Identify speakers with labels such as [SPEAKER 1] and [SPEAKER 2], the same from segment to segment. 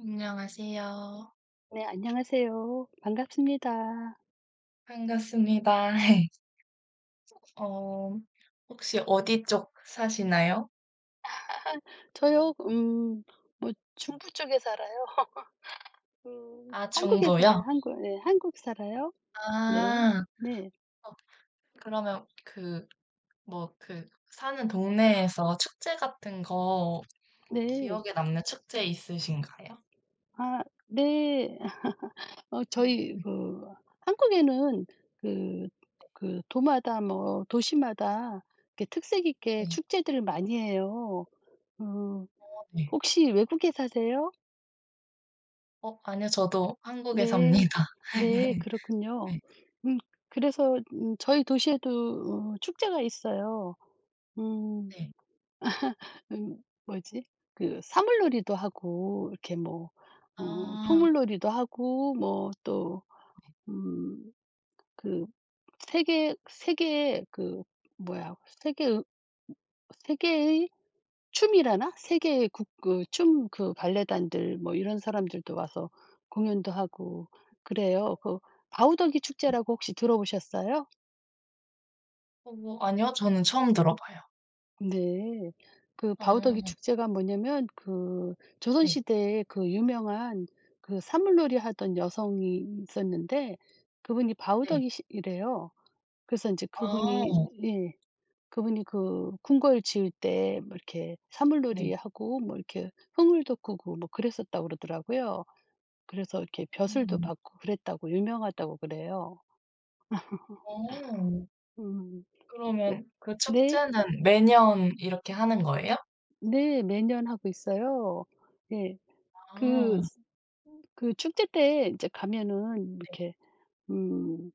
[SPEAKER 1] 안녕하세요.
[SPEAKER 2] 네, 안녕하세요. 반갑습니다.
[SPEAKER 1] 반갑습니다. 어, 혹시 어디 쪽 사시나요?
[SPEAKER 2] 저요, 뭐, 중부 쪽에 살아요. 음,
[SPEAKER 1] 아,
[SPEAKER 2] 한국에
[SPEAKER 1] 중부요?
[SPEAKER 2] 살아요. 한국, 네, 한국 살아요. 네,
[SPEAKER 1] 아.
[SPEAKER 2] 네,
[SPEAKER 1] 어, 그러면 그, 뭐 그 사는 동네에서 축제 같은 거
[SPEAKER 2] 네.
[SPEAKER 1] 기억에 남는 축제 있으신가요?
[SPEAKER 2] 아, 네.
[SPEAKER 1] 음,
[SPEAKER 2] 저희, 그, 한국에는 그, 그, 도마다 뭐, 도시마다 이렇게 특색 있게
[SPEAKER 1] 네.
[SPEAKER 2] 축제들을 많이 해요. 어,
[SPEAKER 1] 어, 네.
[SPEAKER 2] 혹시 외국에 사세요?
[SPEAKER 1] 어, 아니요. 저도 한국에
[SPEAKER 2] 네.
[SPEAKER 1] 삽니다.
[SPEAKER 2] 네 그렇군요.
[SPEAKER 1] 네.
[SPEAKER 2] 음 그래서 저희 도시에도 어 축제가 있어요. 음
[SPEAKER 1] 네.
[SPEAKER 2] 음 뭐지? 그 사물놀이도 하고 이렇게 뭐 어
[SPEAKER 1] 아.
[SPEAKER 2] 풍물놀이도 하고 뭐 또
[SPEAKER 1] 네.
[SPEAKER 2] 음 그 세계 그 뭐야 세계 세계의 춤이라나? 세계 국 그 춤 그 발레단들 뭐 이런 사람들도 와서 공연도 하고 그래요. 그 바우더기 축제라고 혹시 들어보셨어요?
[SPEAKER 1] 어, 뭐 아니요. 저는 처음 들어봐요.
[SPEAKER 2] 네. 그 바우더기
[SPEAKER 1] 아.
[SPEAKER 2] 축제가 뭐냐면 그 조선
[SPEAKER 1] 네.
[SPEAKER 2] 시대에 그 유명한 그 사물놀이 하던 여성이 있었는데 그분이
[SPEAKER 1] 네.
[SPEAKER 2] 바우더기 이래요. 그래서 이제 그분이
[SPEAKER 1] 아.
[SPEAKER 2] 예. 그분이 그 궁궐 지을 때뭐 이렇게
[SPEAKER 1] 네.
[SPEAKER 2] 사물놀이하고 뭐 이렇게 흥을 돋구고 뭐 그랬었다고 그러더라고요. 그래서 이렇게 벼슬도
[SPEAKER 1] 음.
[SPEAKER 2] 받고 그랬다고 유명하다고 그래요.
[SPEAKER 1] 어.
[SPEAKER 2] 음. 으
[SPEAKER 1] 그러면 그
[SPEAKER 2] 네.
[SPEAKER 1] 축제는 매년 이렇게 하는 거예요?
[SPEAKER 2] 네. 매년 하고 있어요. 예.
[SPEAKER 1] 아,
[SPEAKER 2] 그 스 그 축제 때 인제 가면은
[SPEAKER 1] 네.
[SPEAKER 2] 이렇게 음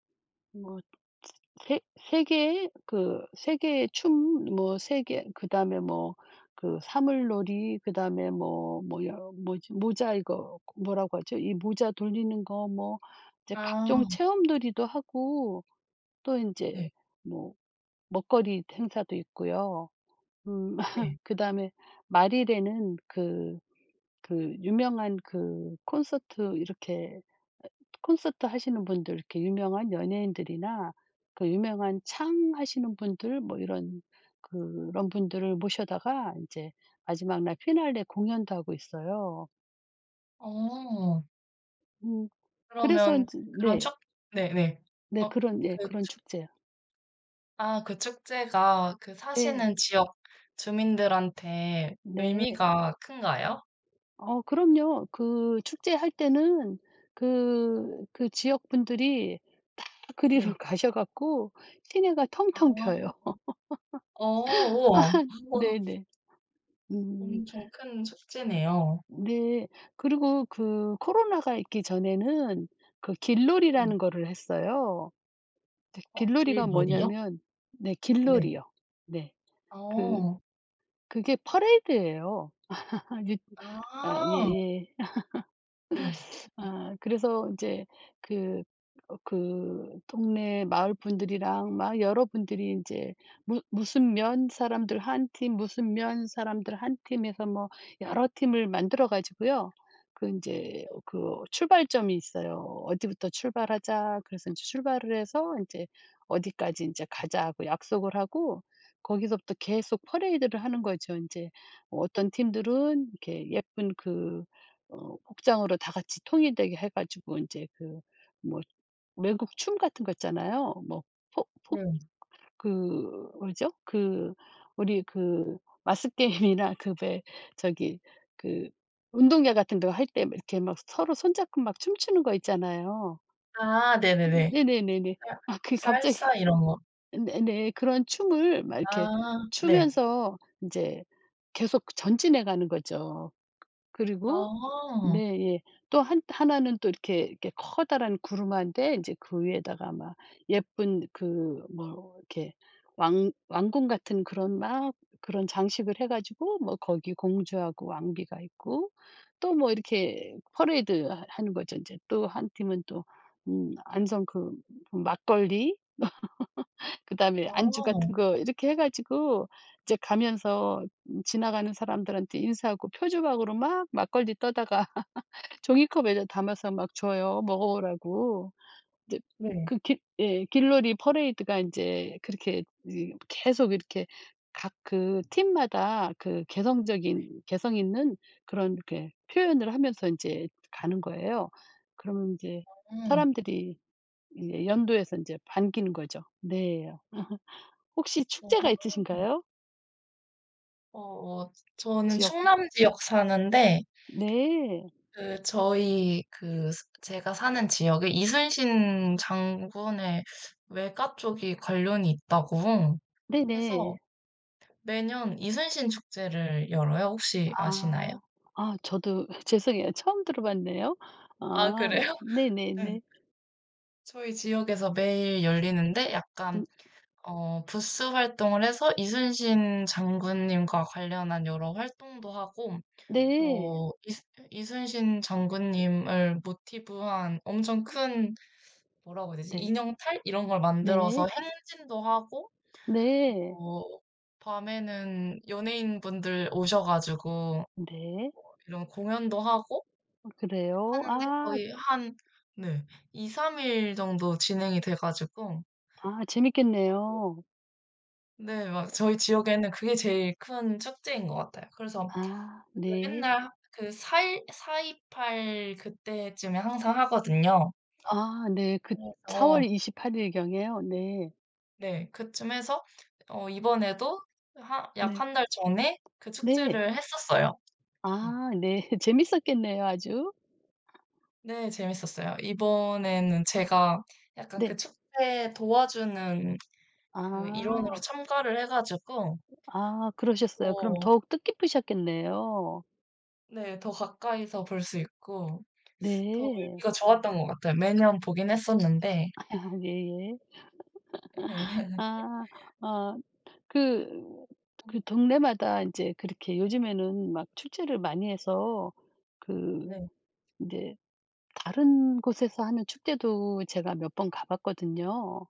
[SPEAKER 2] 뭐 세 세 개의 그 세 개의 춤 뭐 세 개 그다음에 뭐 그 사물놀이 그다음에 뭐 뭐 여 뭐지 모자 이거 뭐라고 하죠? 이 모자 돌리는 거 뭐 이제
[SPEAKER 1] 아,
[SPEAKER 2] 각종 체험놀이도 하고 또 인제
[SPEAKER 1] 네.
[SPEAKER 2] 뭐 먹거리 행사도 있고요. 음
[SPEAKER 1] 네.
[SPEAKER 2] 그다음에 말일에는 그 그 유명한 그 콘서트 이렇게 어 콘서트 하시는 분들 이렇게 유명한 연예인들이나 그 유명한 창 하시는 분들 뭐 이런 그런 분들을 모셔다가 이제 마지막 날 피날레 공연도 하고 있어요.
[SPEAKER 1] 어.
[SPEAKER 2] 음 그래서 이
[SPEAKER 1] 그러면
[SPEAKER 2] 제
[SPEAKER 1] 그런
[SPEAKER 2] 네.
[SPEAKER 1] 축 네네.
[SPEAKER 2] 네
[SPEAKER 1] 어,
[SPEAKER 2] 그런 예
[SPEAKER 1] 그
[SPEAKER 2] 그런
[SPEAKER 1] 축
[SPEAKER 2] 축제요.
[SPEAKER 1] 아, 그 축제가 그
[SPEAKER 2] 네.
[SPEAKER 1] 사시는 지역 주민들한테
[SPEAKER 2] 네.
[SPEAKER 1] 의미가 큰가요?
[SPEAKER 2] 어 그럼요. 그 축제할 때는 그 지역 분들이 다 그리로
[SPEAKER 1] 네.
[SPEAKER 2] 가셔 갖고 시내가 텅텅 펴요.
[SPEAKER 1] 아. 어. 우와. 우와.
[SPEAKER 2] 네네. 음.
[SPEAKER 1] 엄청 큰 축제네요.
[SPEAKER 2] 네. 그리고 그 코로나가 있기 전에는 그
[SPEAKER 1] 네.
[SPEAKER 2] 길놀이라는 거를 했어요. 근데
[SPEAKER 1] 어,
[SPEAKER 2] 길놀이가
[SPEAKER 1] 길놀이요?
[SPEAKER 2] 뭐냐면 네
[SPEAKER 1] 네.
[SPEAKER 2] 길놀이요. 네. 그
[SPEAKER 1] 어.
[SPEAKER 2] 그게 퍼레이드예요. 아 유 아
[SPEAKER 1] 아.
[SPEAKER 2] 예예.
[SPEAKER 1] 네.
[SPEAKER 2] 아 그래서 이제 그 어 그 동네 마을 분들이랑 막 여러분들이 이제 무 무슨 면 사람들 한 팀, 무슨 면 사람들 한 팀에서 뭐 여러 팀을 만들어 가지고요. 그 이제
[SPEAKER 1] 네.
[SPEAKER 2] 그 출발점이 있어요. "어디부터 출발하자." 그래서 이제 출발을 해서 이제 "어디까지 이제 가자." 하고 약속을 하고 거기서부터 계속 퍼레이드를 하는 거죠. 이제 어떤 팀들은 이렇게 예쁜 그 어 복장으로 다 같이 통일되게 해 가지고 이제 그 뭐 외국 춤 같은 거 있잖아요. 뭐 포 포
[SPEAKER 1] 네.
[SPEAKER 2] 그 뭐죠? 그 우리 그 마스 게임이나 그왜 저기 그 운동회 같은 거 할 때 이렇게 막 서로 손 잡고 막 춤추는 거 있잖아요.
[SPEAKER 1] 아, 네네네.
[SPEAKER 2] 네네네네. 아 그
[SPEAKER 1] 살
[SPEAKER 2] 갑자기
[SPEAKER 1] 살사 이런 거.
[SPEAKER 2] 네네. 그런 춤을 막 이렇게
[SPEAKER 1] 아, 네.
[SPEAKER 2] 추면서 이제 계속 전진해 가는 거죠. 그리고
[SPEAKER 1] 아.
[SPEAKER 2] 네 예. 또 한 하나는 또 이렇게 이렇게 커다란 구름한인데이제 그 위에다가 막 예쁜 그 뭐 이렇게 왕 왕궁 같은 그런 막 그런 장식을 해 가지고 뭐 거기 공주하고 왕비가 있고 또 뭐 이렇게 퍼레이드 하 하는 거죠. 이제 또 한 팀은 또 안성 그 막걸리 그다음에 안주
[SPEAKER 1] 아.
[SPEAKER 2] 같은 거 이렇게 해 가지고 이제 가면서 지나가는 사람들한테 인사하고 표주박으로 막 막걸리 떠다가 종이컵에다 담아서 막 줘요, 먹어보라고. 이제
[SPEAKER 1] 네.
[SPEAKER 2] 그 길 예 길놀이 퍼레이드가 이제 그렇게 이 계속 이렇게 각 그 팀마다 그 개성적인 개성 있는 그런 이렇게 표현을 하면서 이제 가는 거예요. 그러면 이제
[SPEAKER 1] 음.
[SPEAKER 2] 사람들이 이제 연도에서 이제 반기는 거죠. 네. 혹시 축제가
[SPEAKER 1] 어.
[SPEAKER 2] 있으신가요?
[SPEAKER 1] 어, 저는
[SPEAKER 2] 지역
[SPEAKER 1] 충남 지역 사는데
[SPEAKER 2] 네.
[SPEAKER 1] 그 저희 그 스 제가 사는 지역에 이순신 장군의 외가 쪽이 관련이 있다고
[SPEAKER 2] 네네.
[SPEAKER 1] 해서 매년 이순신 축제를 열어요. 혹시 아시나요?
[SPEAKER 2] 아. 아 저도 죄송해요. 처음 들어봤네요.
[SPEAKER 1] 아,
[SPEAKER 2] 아
[SPEAKER 1] 그래요? 네.
[SPEAKER 2] 네네네.
[SPEAKER 1] 저희 지역에서 매일 열리는데 약간
[SPEAKER 2] 음
[SPEAKER 1] 어 부스 활동을 해서 이순신 장군님과 관련한 여러 활동도 하고
[SPEAKER 2] 네.
[SPEAKER 1] 뭐 이 이순신 장군님을 모티브한 엄청 큰, 뭐라고 해야 되지?
[SPEAKER 2] 네.
[SPEAKER 1] 인형탈 이런 걸 만들어서
[SPEAKER 2] 네.
[SPEAKER 1] 행진도 하고
[SPEAKER 2] 네.
[SPEAKER 1] 뭐 밤에는 연예인분들 오셔 가지고
[SPEAKER 2] 네.
[SPEAKER 1] 이런 공연도 하고
[SPEAKER 2] 어 그래요?
[SPEAKER 1] 하는데
[SPEAKER 2] 아.
[SPEAKER 1] 거의 한, 네, 2-3일 정도 진행이 돼 가지고.
[SPEAKER 2] 아 재밌겠네요.
[SPEAKER 1] 네. 막 저희 지역에는 그게 제일 큰 축제인 것 같아요. 그래서
[SPEAKER 2] 아
[SPEAKER 1] 그
[SPEAKER 2] 네.
[SPEAKER 1] 맨날 그4일사2 8 그때쯤에 항상 하거든요.
[SPEAKER 2] 아 네. 그 4 월
[SPEAKER 1] 그래서.
[SPEAKER 2] 28 일경에요? 네.
[SPEAKER 1] 네. 그쯤 해서 어 이번에도 하 약
[SPEAKER 2] 네.
[SPEAKER 1] 한 달 전에 그
[SPEAKER 2] 네.
[SPEAKER 1] 축제를 했었어요. 음.
[SPEAKER 2] 아 네. 재밌었겠네요 아주.
[SPEAKER 1] 네. 재밌었어요. 이번에는 제가 약간 그
[SPEAKER 2] 네.
[SPEAKER 1] 축제 도와주는 그 일원으로
[SPEAKER 2] 아.
[SPEAKER 1] 참가를 해 가지고
[SPEAKER 2] 아 그러셨어요. 그럼
[SPEAKER 1] 더,
[SPEAKER 2] 더욱 뜻깊으셨겠네요.
[SPEAKER 1] 네, 더 가까이서 볼 수 있고 더
[SPEAKER 2] 네.
[SPEAKER 1] 의미가 좋았던 것 같아요. 매년 보긴 했었는데.
[SPEAKER 2] 아 예예. 아. 아. 그 그 동네마다 이제 그렇게 요즘에는 막 축제를 많이 해서 그
[SPEAKER 1] 네.
[SPEAKER 2] 이제 다른 곳에서 하는 축제도 제가 몇 번 가 봤거든요.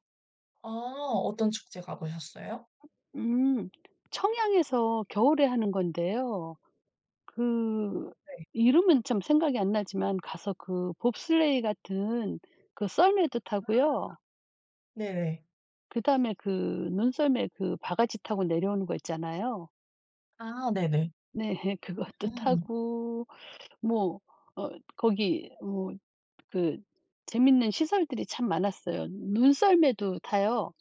[SPEAKER 1] 아, 어떤 축제 가보셨어요?
[SPEAKER 2] 음. 청양에서 겨울에 하는 건데요. 그
[SPEAKER 1] 네.
[SPEAKER 2] 이름은 참 생각이 안 나지만 가서 그 봅슬레이 같은 그 썰매도 타고요.
[SPEAKER 1] 네네.
[SPEAKER 2] 그다음에 그 눈썰매 그 바가지 타고 내려오는 거 있잖아요.
[SPEAKER 1] 아, 네네.
[SPEAKER 2] 네. 그것도
[SPEAKER 1] 음.
[SPEAKER 2] 타고 뭐 어 거기 뭐 그 재밌는 시설들이 참 많았어요. 눈썰매도 타요.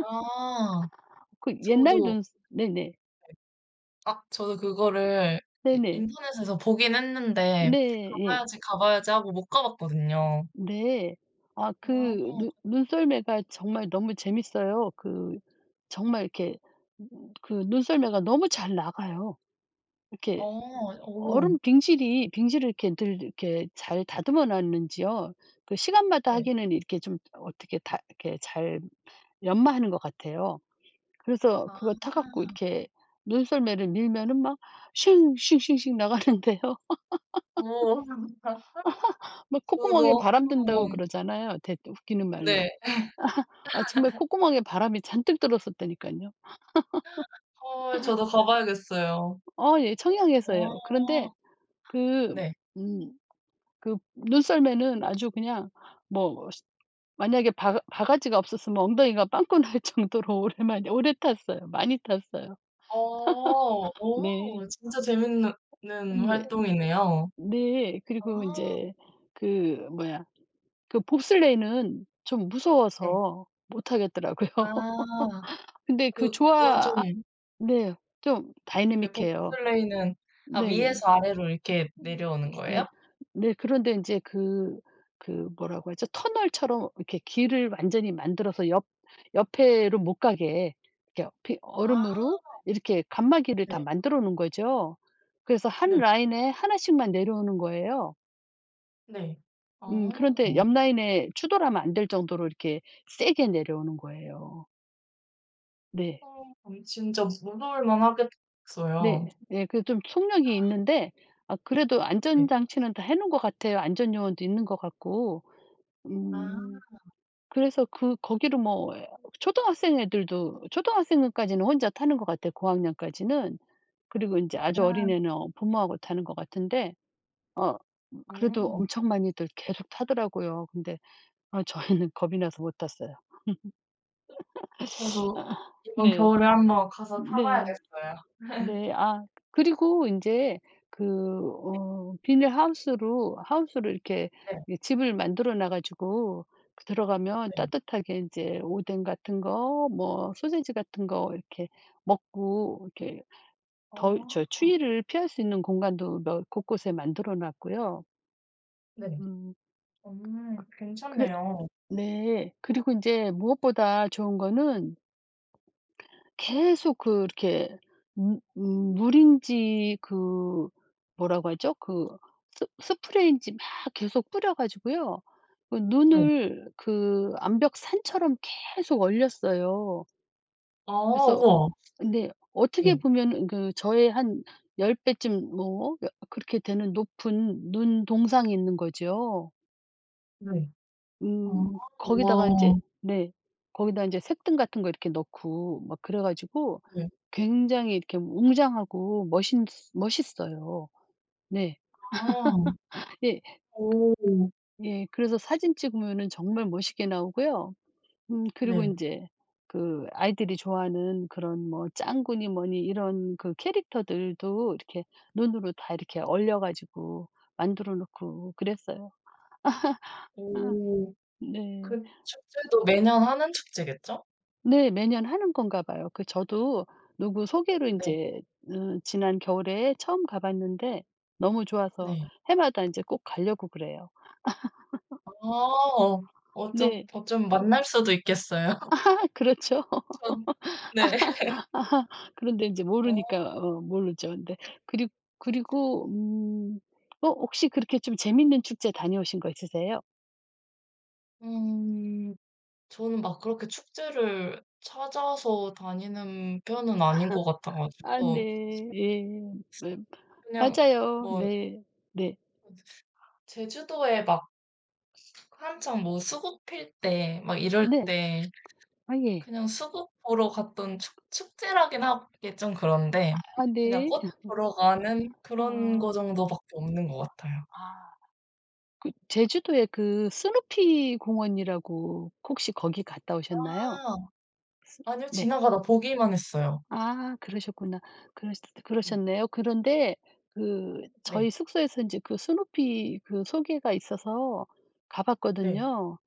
[SPEAKER 1] 아.
[SPEAKER 2] 그 옛날
[SPEAKER 1] 저도,
[SPEAKER 2] 눈 네네.
[SPEAKER 1] 아, 저도 그거를 이
[SPEAKER 2] 네네.
[SPEAKER 1] 인터넷에서 보긴 했는데
[SPEAKER 2] 네 예.
[SPEAKER 1] '가봐야지, 가봐야지.' 하고 못 가봤거든요.
[SPEAKER 2] 네. 아
[SPEAKER 1] 아.
[SPEAKER 2] 그 눈 눈썰매가 정말 너무 재밌어요. 그 정말 이렇게 그 눈썰매가 너무 잘 나가요. 이렇게
[SPEAKER 1] 어. 오.
[SPEAKER 2] 얼음 빙질이 빙질을 이렇게 늘 이렇게 잘 다듬어 놨는지요. 그 시간마다
[SPEAKER 1] 네.
[SPEAKER 2] 하기는 이렇게 좀 어떻게 다 이렇게 잘 연마하는 것 같아요. 그래서 그거
[SPEAKER 1] 아.
[SPEAKER 2] 타 갖고 이렇게 눈썰매를 밀면은 막 쉥 쉥쉥쉥 나가는데요.
[SPEAKER 1] 오.
[SPEAKER 2] 막 콧구멍에
[SPEAKER 1] 저도
[SPEAKER 2] 바람 든다고
[SPEAKER 1] 한번,
[SPEAKER 2] 그러잖아요. 대 웃기는 말로.
[SPEAKER 1] 네,
[SPEAKER 2] 아 정말 콧구멍에 바람이 잔뜩 들었었다니깐요.
[SPEAKER 1] 헐 저도 가봐야겠어요.
[SPEAKER 2] 아 예
[SPEAKER 1] 어.
[SPEAKER 2] 청양에서요. 그런데 그
[SPEAKER 1] 네.
[SPEAKER 2] 음 그 눈썰매는 아주 그냥 뭐 시 만약에 바 바가지가 없었으면 엉덩이가 빵꾸 날 정도로 오랜만에 오래 탔어요. 많이 탔어요.
[SPEAKER 1] 어.
[SPEAKER 2] 네.
[SPEAKER 1] 어, 진짜 재밌는
[SPEAKER 2] 네.
[SPEAKER 1] 활동이네요.
[SPEAKER 2] 네.
[SPEAKER 1] 아,
[SPEAKER 2] 그리고 인제 그 뭐야 그 봅슬레이는 좀
[SPEAKER 1] 네.
[SPEAKER 2] 무서워서 못 하겠더라고요.
[SPEAKER 1] 아,
[SPEAKER 2] 근데 그
[SPEAKER 1] 그, 그건
[SPEAKER 2] 좋아 아
[SPEAKER 1] 좀
[SPEAKER 2] 네. 좀
[SPEAKER 1] 네, b o
[SPEAKER 2] 다이내믹해요.
[SPEAKER 1] 레이는 아,
[SPEAKER 2] 네예.
[SPEAKER 1] 위에서 아래로 이렇게 내려오는 거예요?
[SPEAKER 2] 네. 네 그런데 이제 그 그 뭐라고 하죠? 터널처럼 이렇게 길을 완전히 만들어서 옆 옆에로 못 가게 이렇게 피-
[SPEAKER 1] 아.
[SPEAKER 2] 얼음으로 이렇게 칸막이를
[SPEAKER 1] 네.
[SPEAKER 2] 다 만들어 놓은 거죠. 그래서 한
[SPEAKER 1] 네.
[SPEAKER 2] 라인에 하나씩만 내려오는 거예요.
[SPEAKER 1] 네. 아.
[SPEAKER 2] 그런데 옆 라인에 추돌하면 안 될 정도로 이렇게 세게 내려오는 거예요. 네.
[SPEAKER 1] 어, 그럼 진짜 무서울
[SPEAKER 2] 네.
[SPEAKER 1] 만하겠어요.
[SPEAKER 2] 예 그 좀 속력이 있는데 아 그래도
[SPEAKER 1] 네.
[SPEAKER 2] 안전장치는 다 해 놓은 것 같아요. 안전 요원도 있는 것 같고.
[SPEAKER 1] 아.
[SPEAKER 2] 음 그래서 그 거기를 뭐 예 초등학생 애들도 초등학생까지는 혼자 타는 것 같아요, 고학년까지는. 그리고 인제 아주
[SPEAKER 1] 아,
[SPEAKER 2] 어린애는 어 부모하고 타는 것 같은데 그래도
[SPEAKER 1] 음,
[SPEAKER 2] 엄청 많이들 계속 타더라고요. 근데 아 저희는 겁이 나서 못 탔어요.
[SPEAKER 1] 저도 이번
[SPEAKER 2] 네.
[SPEAKER 1] 겨울에 한번 가서 타
[SPEAKER 2] 네.
[SPEAKER 1] 봐야겠어요.
[SPEAKER 2] 네. 아 그리고 이제 그 어 비닐하우스로 하우스로 이렇게
[SPEAKER 1] 네.
[SPEAKER 2] 이 집을 만들어 놔 가지고 그 들어가면
[SPEAKER 1] 네.
[SPEAKER 2] 따뜻하게 이제 오뎅 같은 거 뭐 소세지 같은 거 이렇게 먹고 이렇게 더
[SPEAKER 1] 어.
[SPEAKER 2] 저 추위를 피할 수 있는 공간도 몇 곳곳에 만들어 놨고요.
[SPEAKER 1] 네.
[SPEAKER 2] 음
[SPEAKER 1] 음,
[SPEAKER 2] 그래
[SPEAKER 1] 괜찮네요.
[SPEAKER 2] 네. 그리고 이제 무엇보다 좋은 거는 계속 그렇게 무 물인지 그 뭐라고 하죠? 그 스 스프레이인지 막 계속 뿌려 가지고요. 그
[SPEAKER 1] 네.
[SPEAKER 2] 눈을 그 암벽 산처럼 계속 얼렸어요.
[SPEAKER 1] 아,
[SPEAKER 2] 그래서
[SPEAKER 1] 우와.
[SPEAKER 2] 근데 어떻게
[SPEAKER 1] 네.
[SPEAKER 2] 보면은 그 저의 한 10 배쯤 뭐 그렇게 되는 높은 눈 동상이 있는 거죠.
[SPEAKER 1] 네. 아,
[SPEAKER 2] 거기다가 이
[SPEAKER 1] 와.
[SPEAKER 2] 제 네. 거기다 이제 색등 같은 거 이렇게 넣고 막 그래 가지고
[SPEAKER 1] 네.
[SPEAKER 2] 굉장히 이렇게 웅장하고 멋있어요. 네.
[SPEAKER 1] 아.
[SPEAKER 2] 예
[SPEAKER 1] 오.
[SPEAKER 2] 예. 그래서 사진 찍으면은 정말 멋있게 나오고요. 그리고 이
[SPEAKER 1] 네.
[SPEAKER 2] 제 그 아이들이 좋아하는 그런 뭐 짱구니 뭐니 이런 그 캐릭터들도 이렇게 눈으로 다 이렇게 얼려 가지고 만들어 놓고 그랬어요. 아
[SPEAKER 1] 오. 그
[SPEAKER 2] 네.
[SPEAKER 1] 축제도 매년 하는 축제겠죠?
[SPEAKER 2] 네. 매년 하는 건가 봐요. 그 저도 누구 소개로 이
[SPEAKER 1] 네.
[SPEAKER 2] 제 지난 겨울에 처음 가 봤는데 너무 좋아서
[SPEAKER 1] 네.
[SPEAKER 2] 해마다 이제 꼭 가려고 그래요.
[SPEAKER 1] 아, 어, 어쩌
[SPEAKER 2] 네.
[SPEAKER 1] 어쩜 만날 수도 있겠어요.
[SPEAKER 2] 아 그렇죠.
[SPEAKER 1] 전, 네.
[SPEAKER 2] 아 그런데 인제 모르니까
[SPEAKER 1] 어.
[SPEAKER 2] 어 모르죠. 근데 그리 그리고 어 혹시 그렇게 좀 재밌는 축제 다녀오신 거 있으세요?
[SPEAKER 1] 음. 저는 막 그렇게 축제를 찾아서 다니는 편은 아닌 것 같아
[SPEAKER 2] 아
[SPEAKER 1] 가지고
[SPEAKER 2] 네. 예. 네.
[SPEAKER 1] 그냥
[SPEAKER 2] 맞아요.
[SPEAKER 1] 뭐
[SPEAKER 2] 네. 네.
[SPEAKER 1] 제주도에 막 한창 뭐 수국 필 때 막 이럴
[SPEAKER 2] 네.
[SPEAKER 1] 때
[SPEAKER 2] 아 예.
[SPEAKER 1] 그냥 수국 보러 갔던, 축 축제라긴 하기 좀 그런데,
[SPEAKER 2] 아
[SPEAKER 1] 그냥
[SPEAKER 2] 네.
[SPEAKER 1] 꽃 보러 가는 그런 거
[SPEAKER 2] 어.
[SPEAKER 1] 정도밖에 없는 것 같아요.
[SPEAKER 2] 아 그 제주도에 그 스누피 공원이라고 혹시 거기 갔다 오셨나요?
[SPEAKER 1] 아,
[SPEAKER 2] 스
[SPEAKER 1] 아니요.
[SPEAKER 2] 네.
[SPEAKER 1] 지나가다 보기만 했어요.
[SPEAKER 2] 아 그러셨구나.
[SPEAKER 1] 네.
[SPEAKER 2] 그러셨네요. 그런데 그
[SPEAKER 1] 네.
[SPEAKER 2] 저희 숙소에서 이제 그 스누피 그 소개가 있어서 가
[SPEAKER 1] 네.
[SPEAKER 2] 봤거든요.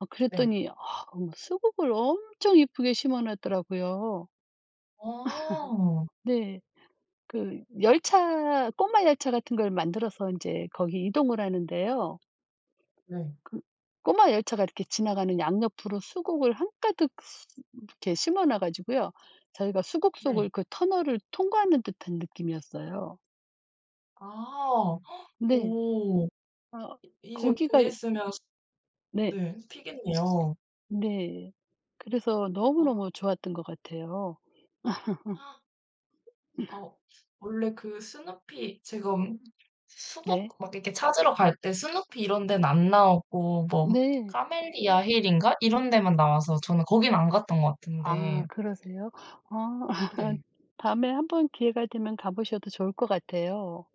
[SPEAKER 2] 어
[SPEAKER 1] 네.
[SPEAKER 2] 그랬더니 아 어머 수국을 엄청 이쁘게 심어 놨더라고요.
[SPEAKER 1] 아.
[SPEAKER 2] 네. 그 열차 꼬마 열차 같은 걸 만들어서 이제 거기 이동을 하는데요.
[SPEAKER 1] 네.
[SPEAKER 2] 그 꼬마 열차가 이렇게 지나가는 양옆으로 수국을 한가득 수- 이렇게 심어 놔 가지고요. 저희가 수국
[SPEAKER 1] 네.
[SPEAKER 2] 속을 그 터널을 통과하는 듯한 느낌이었어요.
[SPEAKER 1] 아.
[SPEAKER 2] 네.
[SPEAKER 1] 오.
[SPEAKER 2] 아
[SPEAKER 1] 이제 곧
[SPEAKER 2] 거기가
[SPEAKER 1] 있으면,
[SPEAKER 2] 네.
[SPEAKER 1] 네, 피겠네요.
[SPEAKER 2] 네. 그래서 너무너무 좋았던 것 같아요.
[SPEAKER 1] 아. 어, 원래 그 스누피 지금 수국
[SPEAKER 2] 네.
[SPEAKER 1] 막 이렇게 찾으러 갈 때 스누피 이런 데는 안 나오고 뭐
[SPEAKER 2] 네.
[SPEAKER 1] 카멜리아 힐인가 이런 데만 나와서 저는 거긴 안 갔던 것
[SPEAKER 2] 아
[SPEAKER 1] 같은데.
[SPEAKER 2] 그러세요? 아
[SPEAKER 1] 네.
[SPEAKER 2] 다음에 한번 기회가 되면 가 보셔도 좋을 것 같아요.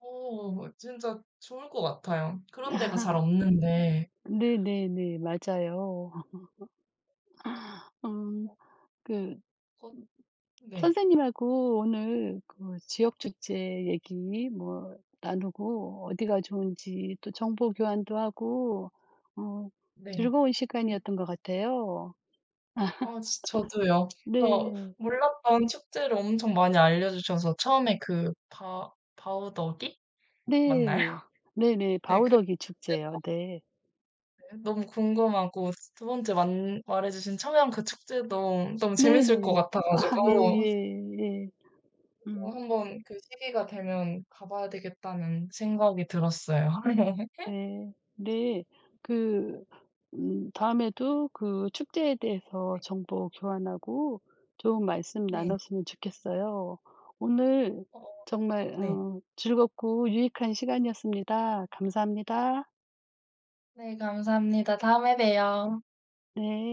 [SPEAKER 1] 오, 진짜 좋을 것 같아요. 그런 데가 잘 없는데.
[SPEAKER 2] 네네네. 맞아요. 음
[SPEAKER 1] 어.
[SPEAKER 2] 그
[SPEAKER 1] 거. 네.
[SPEAKER 2] 선생님하고 오늘 그 지역 축제 얘기 뭐 나누고 어디가 좋은지 또 정보 교환도 하고 어
[SPEAKER 1] 네.
[SPEAKER 2] 즐거운
[SPEAKER 1] 음.
[SPEAKER 2] 시간이었던 것 같아요.
[SPEAKER 1] 어, 지 저도요. 저
[SPEAKER 2] 네.
[SPEAKER 1] 몰랐던 축제를 엄청 많이 알려 주셔서, 처음에 그 바 바우더기 맞나요?
[SPEAKER 2] 네. 네네.
[SPEAKER 1] 네. 그
[SPEAKER 2] 바우더기 축제요. 네.
[SPEAKER 1] 너무 궁금하고, 두 번째 말해주신 청양 그 축제도 너무 재밌을 것
[SPEAKER 2] 네네. 아 예예
[SPEAKER 1] 같아가지고
[SPEAKER 2] 예. 예.
[SPEAKER 1] 어,
[SPEAKER 2] 음
[SPEAKER 1] 한번 그 시기가 되면 가봐야 되겠다는 생각이 들었어요.
[SPEAKER 2] 네. 네. 그 다음에도 그 축제에 대해서 정보 교환하고 좋은 말씀
[SPEAKER 1] 네.
[SPEAKER 2] 나눴으면 좋겠어요. 오늘
[SPEAKER 1] 어,
[SPEAKER 2] 정말
[SPEAKER 1] 네.
[SPEAKER 2] 어 즐겁고 유익한 시간이었습니다. 감사합니다.
[SPEAKER 1] 네, 감사합니다. 다음에 봬요.
[SPEAKER 2] 네.